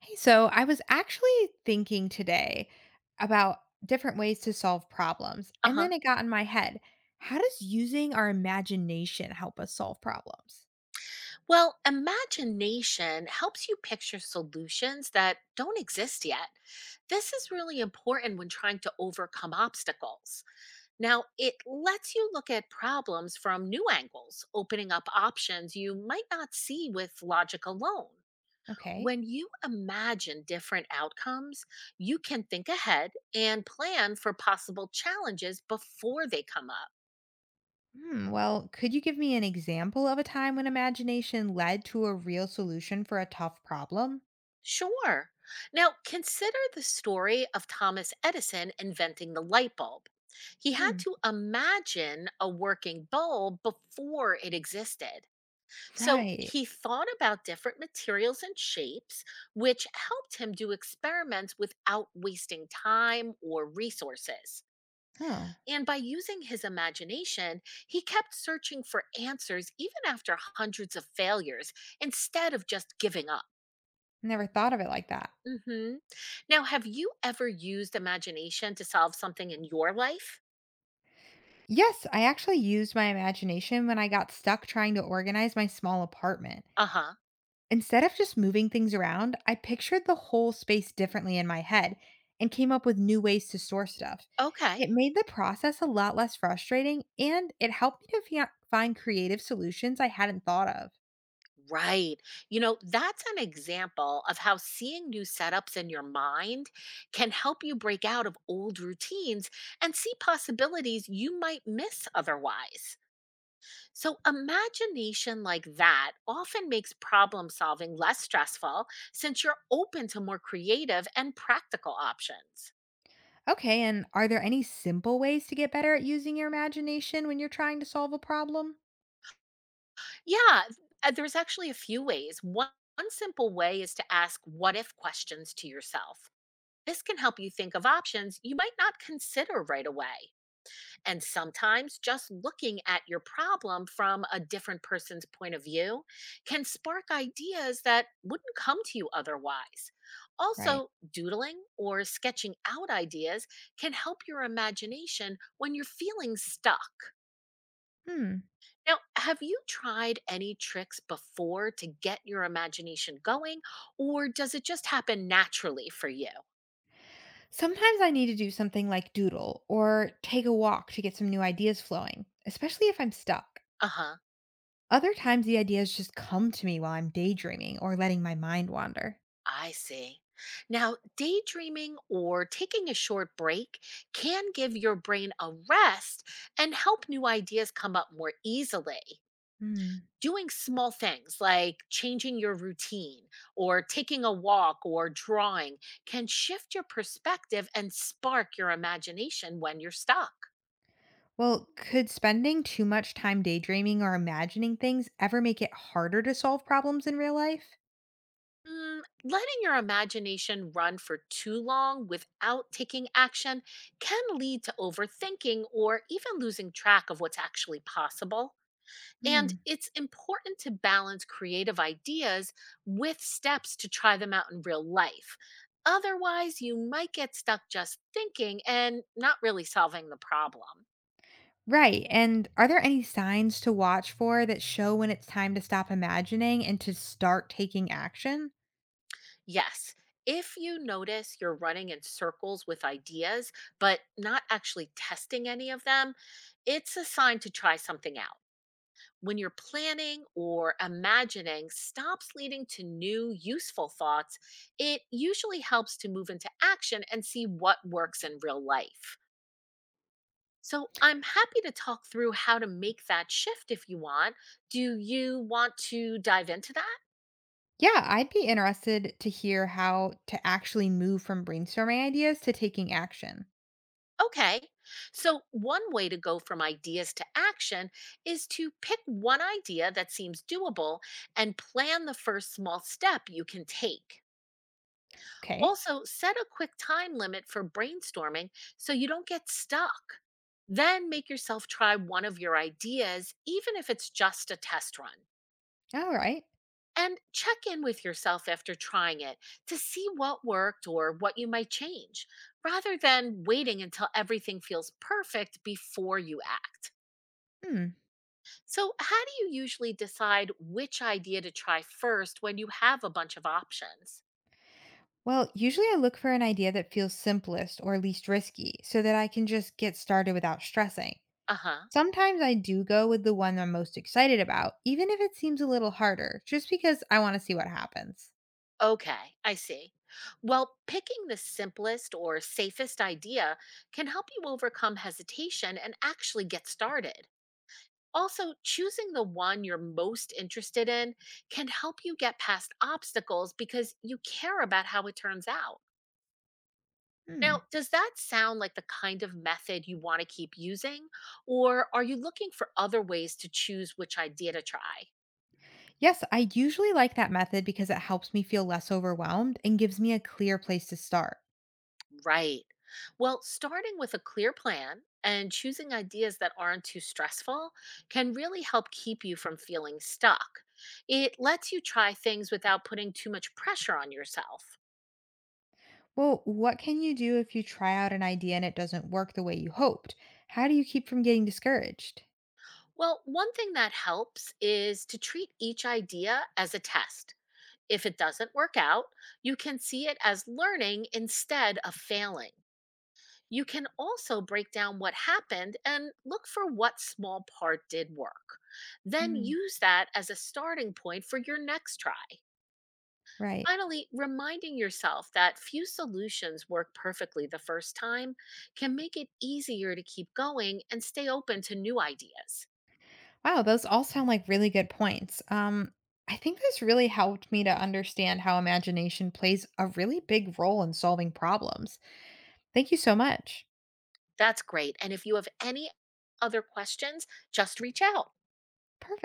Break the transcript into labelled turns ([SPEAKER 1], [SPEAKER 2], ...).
[SPEAKER 1] Hey, so I was actually thinking today about different ways to solve problems, and
[SPEAKER 2] Uh-huh.
[SPEAKER 1] then it got in my head. How does using our imagination help us solve problems?
[SPEAKER 2] Well, imagination helps you picture solutions that don't exist yet. This is really important when trying to overcome obstacles. Now, it lets you look at problems from new angles, opening up options you might not see with logic alone.
[SPEAKER 1] Okay.
[SPEAKER 2] When you imagine different outcomes, you can think ahead and plan for possible challenges before they come up.
[SPEAKER 1] Hmm, well, could you give me an example of a time when imagination led to a real solution for a tough problem?
[SPEAKER 2] Sure. Now, consider the story of Thomas Edison inventing the light bulb. He had
[SPEAKER 1] Hmm.
[SPEAKER 2] to imagine a working bulb before it existed. So
[SPEAKER 1] Right.
[SPEAKER 2] he thought about different materials and shapes, which helped him do experiments without wasting time or resources.
[SPEAKER 1] Huh.
[SPEAKER 2] And by using his imagination, he kept searching for answers even after hundreds of failures instead of just giving up.
[SPEAKER 1] Never thought of it like that.
[SPEAKER 2] Mhm. Now, have you ever used imagination to solve something in your life?
[SPEAKER 1] Yes, I actually used my imagination when I got stuck trying to organize my small apartment.
[SPEAKER 2] Uh-huh.
[SPEAKER 1] Instead of just moving things around, I pictured the whole space differently in my head and came up with new ways to store stuff.
[SPEAKER 2] Okay.
[SPEAKER 1] It made the process a lot less frustrating and it helped me to find creative solutions I hadn't thought of.
[SPEAKER 2] Right. You know, that's an example of how seeing new setups in your mind can help you break out of old routines and see possibilities you might miss otherwise. So, imagination like that often makes problem solving less stressful since you're open to more creative and practical options.
[SPEAKER 1] Okay, and are there any simple ways to get better at using your imagination when you're trying to solve a problem?
[SPEAKER 2] Yeah, there's actually a few ways. One simple way is to ask what if questions to yourself. This can help you think of options you might not consider right away. And sometimes just looking at your problem from a different person's point of view can spark ideas that wouldn't come to you otherwise.
[SPEAKER 1] Right.
[SPEAKER 2] Also, doodling or sketching out ideas can help your imagination when you're feeling stuck.
[SPEAKER 1] Hmm.
[SPEAKER 2] Now, have you tried any tricks before to get your imagination going, or does it just happen naturally for you?
[SPEAKER 1] Sometimes I need to do something like doodle or take a walk to get some new ideas flowing, especially if I'm stuck.
[SPEAKER 2] Uh huh,
[SPEAKER 1] Other times the ideas just come to me while I'm daydreaming or letting my mind wander.
[SPEAKER 2] I see. Now, daydreaming or taking a short break can give your brain a rest and help new ideas come up more easily.
[SPEAKER 1] Hmm.
[SPEAKER 2] Doing small things like changing your routine or taking a walk or drawing can shift your perspective and spark your imagination when you're stuck.
[SPEAKER 1] Well, could spending too much time daydreaming or imagining things ever make it harder to solve problems in real life?
[SPEAKER 2] Letting your imagination run for too long without taking action can lead to overthinking or even losing track of what's actually possible. And
[SPEAKER 1] Hmm.
[SPEAKER 2] it's important to balance creative ideas with steps to try them out in real life. Otherwise, you might get stuck just thinking and not really solving the problem.
[SPEAKER 1] Right. And are there any signs to watch for that show when it's time to stop imagining and to start taking action?
[SPEAKER 2] Yes. If you notice you're running in circles with ideas, but not actually testing any of them, it's a sign to try something out. When your planning or imagining stops leading to new useful thoughts, it usually helps to move into action and see what works in real life. So, I'm happy to talk through how to make that shift if you want. Do you want to dive into that?
[SPEAKER 1] Yeah, I'd be interested to hear how to actually move from brainstorming ideas to taking action.
[SPEAKER 2] Okay. So, one way to go from ideas to action is to pick one idea that seems doable and plan the first small step you can take.
[SPEAKER 1] Okay.
[SPEAKER 2] Also, set a quick time limit for brainstorming so you don't get stuck. Then make yourself try one of your ideas, even if it's just a test run.
[SPEAKER 1] All right.
[SPEAKER 2] And check in with yourself after trying it to see what worked or what you might change, rather than waiting until everything feels perfect before you act.
[SPEAKER 1] Hmm.
[SPEAKER 2] So, how do you usually decide which idea to try first when you have a bunch of options?
[SPEAKER 1] Well, usually I look for an idea that feels simplest or least risky so that I can just get started without stressing.
[SPEAKER 2] Uh huh.
[SPEAKER 1] Sometimes I do go with the one I'm most excited about, even if it seems a little harder, just because I want to see what happens.
[SPEAKER 2] Okay, I see. Well, picking the simplest or safest idea can help you overcome hesitation and actually get started. Also, choosing the one you're most interested in can help you get past obstacles because you care about how it turns out.
[SPEAKER 1] Hmm.
[SPEAKER 2] Now, does that sound like the kind of method you want to keep using? Or are you looking for other ways to choose which idea to try?
[SPEAKER 1] Yes, I usually like that method because it helps me feel less overwhelmed and gives me a clear place to start.
[SPEAKER 2] Right. Well, starting with a clear plan and choosing ideas that aren't too stressful can really help keep you from feeling stuck. It lets you try things without putting too much pressure on yourself.
[SPEAKER 1] Well, what can you do if you try out an idea and it doesn't work the way you hoped? How do you keep from getting discouraged?
[SPEAKER 2] Well, one thing that helps is to treat each idea as a test. If it doesn't work out, you can see it as learning instead of failing. You can also break down what happened and look for what small part did work. Then
[SPEAKER 1] Hmm.
[SPEAKER 2] use that as a starting point for your next try.
[SPEAKER 1] Right.
[SPEAKER 2] Finally, reminding yourself that few solutions work perfectly the first time can make it easier to keep going and stay open to new ideas.
[SPEAKER 1] Wow, those all sound like really good points. I think this really helped me to understand how imagination plays a really big role in solving problems. Thank you so much.
[SPEAKER 2] That's great, and if you have any other questions, just reach out.
[SPEAKER 1] Perfect.